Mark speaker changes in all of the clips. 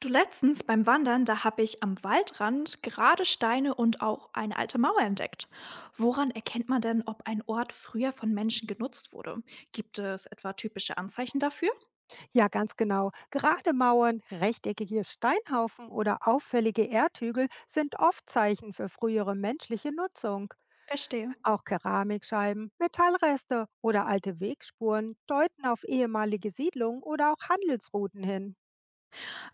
Speaker 1: Du letztens beim Wandern, da habe ich am Waldrand gerade Steine und auch eine alte Mauer entdeckt. Woran erkennt man denn, ob ein Ort früher von Menschen genutzt wurde? Gibt es etwa typische Anzeichen dafür?
Speaker 2: Ja, ganz genau. Gerade Mauern, rechteckige Steinhaufen oder auffällige Erdhügel sind oft Zeichen für frühere menschliche Nutzung.
Speaker 1: Verstehe.
Speaker 2: Auch Keramikscheiben, Metallreste oder alte Wegspuren deuten auf ehemalige Siedlungen oder auch Handelsrouten hin.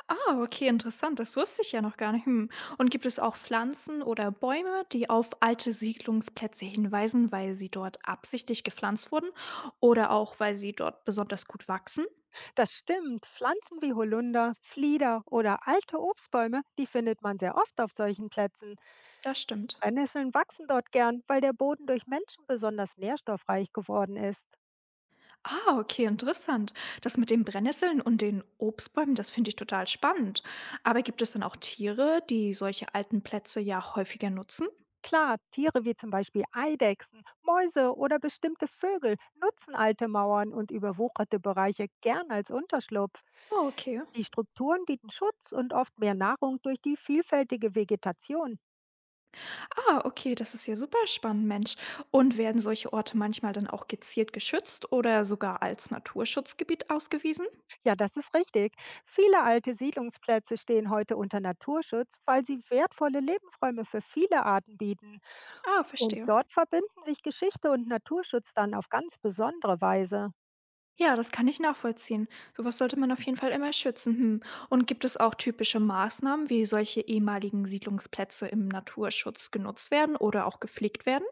Speaker 1: Ah, okay, interessant. Das wusste ich ja noch gar nicht. Hm. Und gibt es auch Pflanzen oder Bäume, die auf alte Siedlungsplätze hinweisen, weil sie dort absichtlich gepflanzt wurden oder auch weil sie dort besonders gut wachsen?
Speaker 2: Das stimmt, Pflanzen wie Holunder, Flieder oder alte Obstbäume, die findet man sehr oft auf solchen Plätzen.
Speaker 1: Das stimmt.
Speaker 2: Brennnesseln wachsen dort gern, weil der Boden durch Menschen besonders nährstoffreich geworden ist.
Speaker 1: Ah, okay, interessant. Das mit den Brennnesseln und den Obstbäumen, das finde ich total spannend. Aber gibt es dann auch Tiere, die solche alten Plätze ja häufiger nutzen?
Speaker 2: Klar, Tiere wie zum Beispiel Eidechsen, Mäuse oder bestimmte Vögel nutzen alte Mauern und überwucherte Bereiche gern als Unterschlupf.
Speaker 1: Oh, okay.
Speaker 2: Die Strukturen bieten Schutz und oft mehr Nahrung durch die vielfältige Vegetation.
Speaker 1: Ah, okay, das ist ja super spannend, Mensch. Und werden solche Orte manchmal dann auch gezielt geschützt oder sogar als Naturschutzgebiet ausgewiesen?
Speaker 2: Ja, das ist richtig. Viele alte Siedlungsplätze stehen heute unter Naturschutz, weil sie wertvolle Lebensräume für viele Arten bieten.
Speaker 1: Ah,
Speaker 2: Und
Speaker 1: verstehe.
Speaker 2: dort verbinden sich Geschichte und Naturschutz dann auf ganz besondere Weise.
Speaker 1: Ja, das kann ich nachvollziehen. Sowas sollte man auf jeden Fall immer schützen. Hm. Und gibt es auch typische Maßnahmen, wie solche ehemaligen Siedlungsplätze im Naturschutz genutzt werden oder auch gepflegt werden?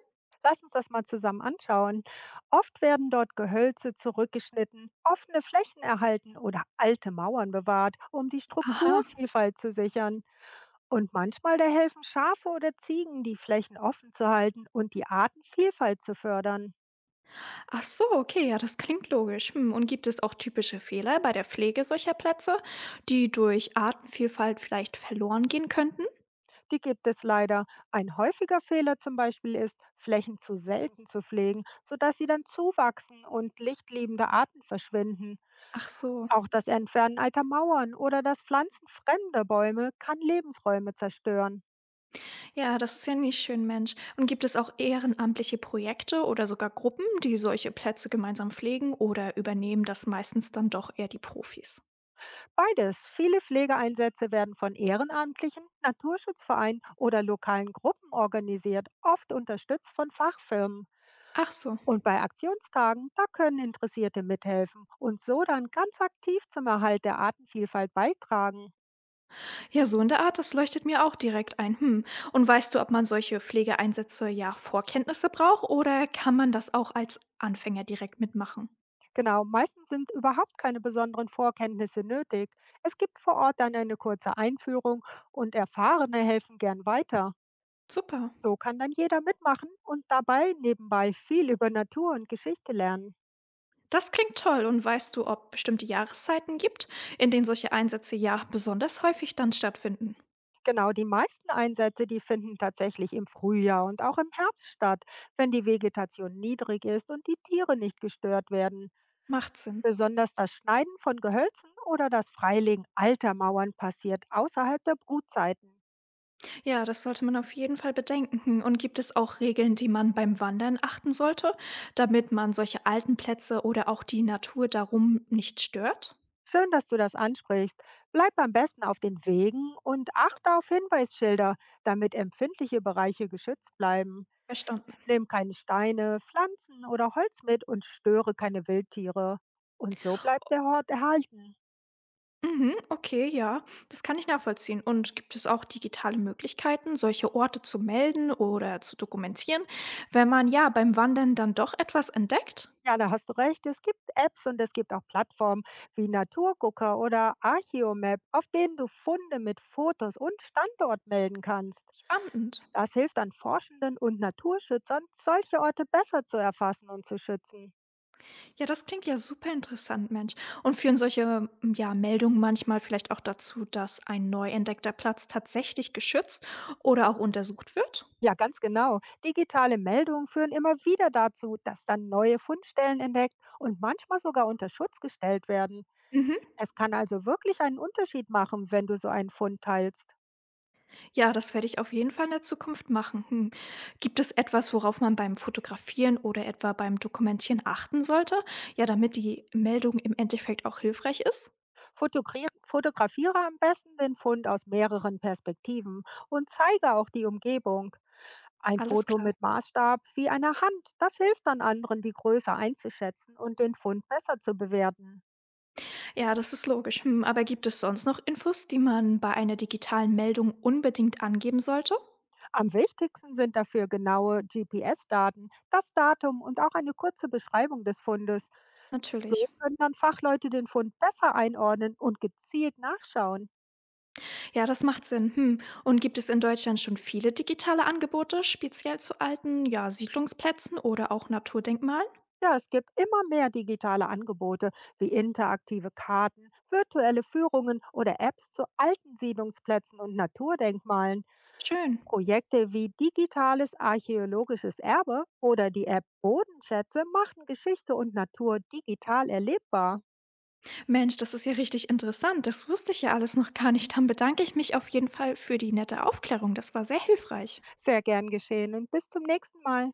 Speaker 2: Lass uns das mal zusammen anschauen. Oft werden dort Gehölze zurückgeschnitten, offene Flächen erhalten oder alte Mauern bewahrt, um die
Speaker 1: Aha.
Speaker 2: Strukturvielfalt zu sichern. Und manchmal da helfen Schafe oder Ziegen, die Flächen offen zu halten und die Artenvielfalt zu fördern.
Speaker 1: Ach so, okay, ja, das klingt logisch. Hm, und gibt es auch typische Fehler bei der Pflege solcher Plätze, die durch Artenvielfalt vielleicht verloren gehen könnten?
Speaker 2: Die gibt es leider. Ein häufiger Fehler zum Beispiel ist, Flächen zu selten zu pflegen, sodass sie dann zuwachsen und lichtliebende Arten verschwinden.
Speaker 1: Ach so.
Speaker 2: Auch das Entfernen alter Mauern oder das Pflanzen fremder Bäume kann Lebensräume zerstören.
Speaker 1: Ja, das ist ja nicht schön, Mensch. Und gibt es auch ehrenamtliche Projekte oder sogar Gruppen, die solche Plätze gemeinsam pflegen, oder übernehmen das meistens dann doch eher die Profis?
Speaker 2: Beides. Viele Pflegeeinsätze werden von Ehrenamtlichen, Naturschutzvereinen oder lokalen Gruppen organisiert, oft unterstützt von Fachfirmen.
Speaker 1: Ach so.
Speaker 2: Und bei Aktionstagen, da können Interessierte mithelfen und so dann ganz aktiv zum Erhalt der Artenvielfalt beitragen.
Speaker 1: Ja, so in der Art, das leuchtet mir auch direkt ein. Hm. Und weißt du, ob man solche Pflegeeinsätze ja Vorkenntnisse braucht oder kann man das auch als Anfänger direkt mitmachen?
Speaker 2: Genau, meistens sind überhaupt keine besonderen Vorkenntnisse nötig. Es gibt vor Ort dann eine kurze Einführung und Erfahrene helfen gern weiter.
Speaker 1: Super.
Speaker 2: So kann dann jeder mitmachen und dabei nebenbei viel über Natur und Geschichte lernen.
Speaker 1: Das klingt toll. Und weißt du, ob bestimmte Jahreszeiten gibt, in denen solche Einsätze ja besonders häufig dann stattfinden?
Speaker 2: Genau, die meisten Einsätze, die finden tatsächlich im Frühjahr und auch im Herbst statt, wenn die Vegetation niedrig ist und die Tiere nicht gestört werden.
Speaker 1: Macht Sinn.
Speaker 2: Besonders das Schneiden von Gehölzen oder das Freilegen alter Mauern passiert außerhalb der Brutzeiten.
Speaker 1: Ja, das sollte man auf jeden Fall bedenken. Und gibt es auch Regeln, die man beim Wandern achten sollte, damit man solche alten Plätze oder auch die Natur darum nicht stört?
Speaker 2: Schön, dass du das ansprichst. Bleib am besten auf den Wegen und achte auf Hinweisschilder, damit empfindliche Bereiche geschützt bleiben.
Speaker 1: Verstanden.
Speaker 2: Nimm keine Steine, Pflanzen oder Holz mit und störe keine Wildtiere. Und so bleibt der Hort erhalten.
Speaker 1: Mhm, okay, ja, das kann ich nachvollziehen. Und gibt es auch digitale Möglichkeiten, solche Orte zu melden oder zu dokumentieren, wenn man ja beim Wandern dann doch etwas entdeckt?
Speaker 2: Ja, da hast du recht. Es gibt Apps und es gibt auch Plattformen wie Naturgucker oder Archeomap, auf denen du Funde mit Fotos und Standort melden kannst.
Speaker 1: Spannend.
Speaker 2: Das hilft dann Forschenden und Naturschützern, solche Orte besser zu erfassen und zu schützen.
Speaker 1: Ja, das klingt ja super interessant, Mensch. Und führen solche, ja, Meldungen manchmal vielleicht auch dazu, dass ein neu entdeckter Platz tatsächlich geschützt oder auch untersucht wird?
Speaker 2: Ja, ganz genau. Digitale Meldungen führen immer wieder dazu, dass dann neue Fundstellen entdeckt und manchmal sogar unter Schutz gestellt werden.
Speaker 1: Mhm.
Speaker 2: Es kann also wirklich einen Unterschied machen, wenn du so einen Fund teilst.
Speaker 1: Ja, das werde ich auf jeden Fall in der Zukunft machen. Hm. Gibt es etwas, worauf man beim Fotografieren oder etwa beim Dokumentieren achten sollte? Ja, damit die Meldung im Endeffekt auch hilfreich ist?
Speaker 2: Fotografiere am besten den Fund aus mehreren Perspektiven und zeige auch die Umgebung. Ein
Speaker 1: Alles
Speaker 2: Foto
Speaker 1: klar.
Speaker 2: mit Maßstab wie einer Hand, das hilft dann anderen, die Größe einzuschätzen und den Fund besser zu bewerten.
Speaker 1: Ja, das ist logisch. Hm, aber gibt es sonst noch Infos, die man bei einer digitalen Meldung unbedingt angeben sollte?
Speaker 2: Am wichtigsten sind dafür genaue GPS-Daten, das Datum und auch eine kurze Beschreibung des Fundes. So
Speaker 1: Natürlich.
Speaker 2: können dann Fachleute den Fund besser einordnen und gezielt nachschauen.
Speaker 1: Ja, das macht Sinn. Hm. Und gibt es in Deutschland schon viele digitale Angebote, speziell zu alten, ja, Siedlungsplätzen oder auch Naturdenkmalen?
Speaker 2: Ja, es gibt immer mehr digitale Angebote wie interaktive Karten, virtuelle Führungen oder Apps zu alten Siedlungsplätzen und Naturdenkmalen.
Speaker 1: Schön.
Speaker 2: Projekte wie digitales archäologisches Erbe oder die App Bodenschätze machen Geschichte und Natur digital erlebbar.
Speaker 1: Mensch, das ist ja richtig interessant. Das wusste ich ja alles noch gar nicht. Dann bedanke ich mich auf jeden Fall für die nette Aufklärung. Das war sehr hilfreich.
Speaker 2: Sehr gern geschehen und bis zum nächsten Mal.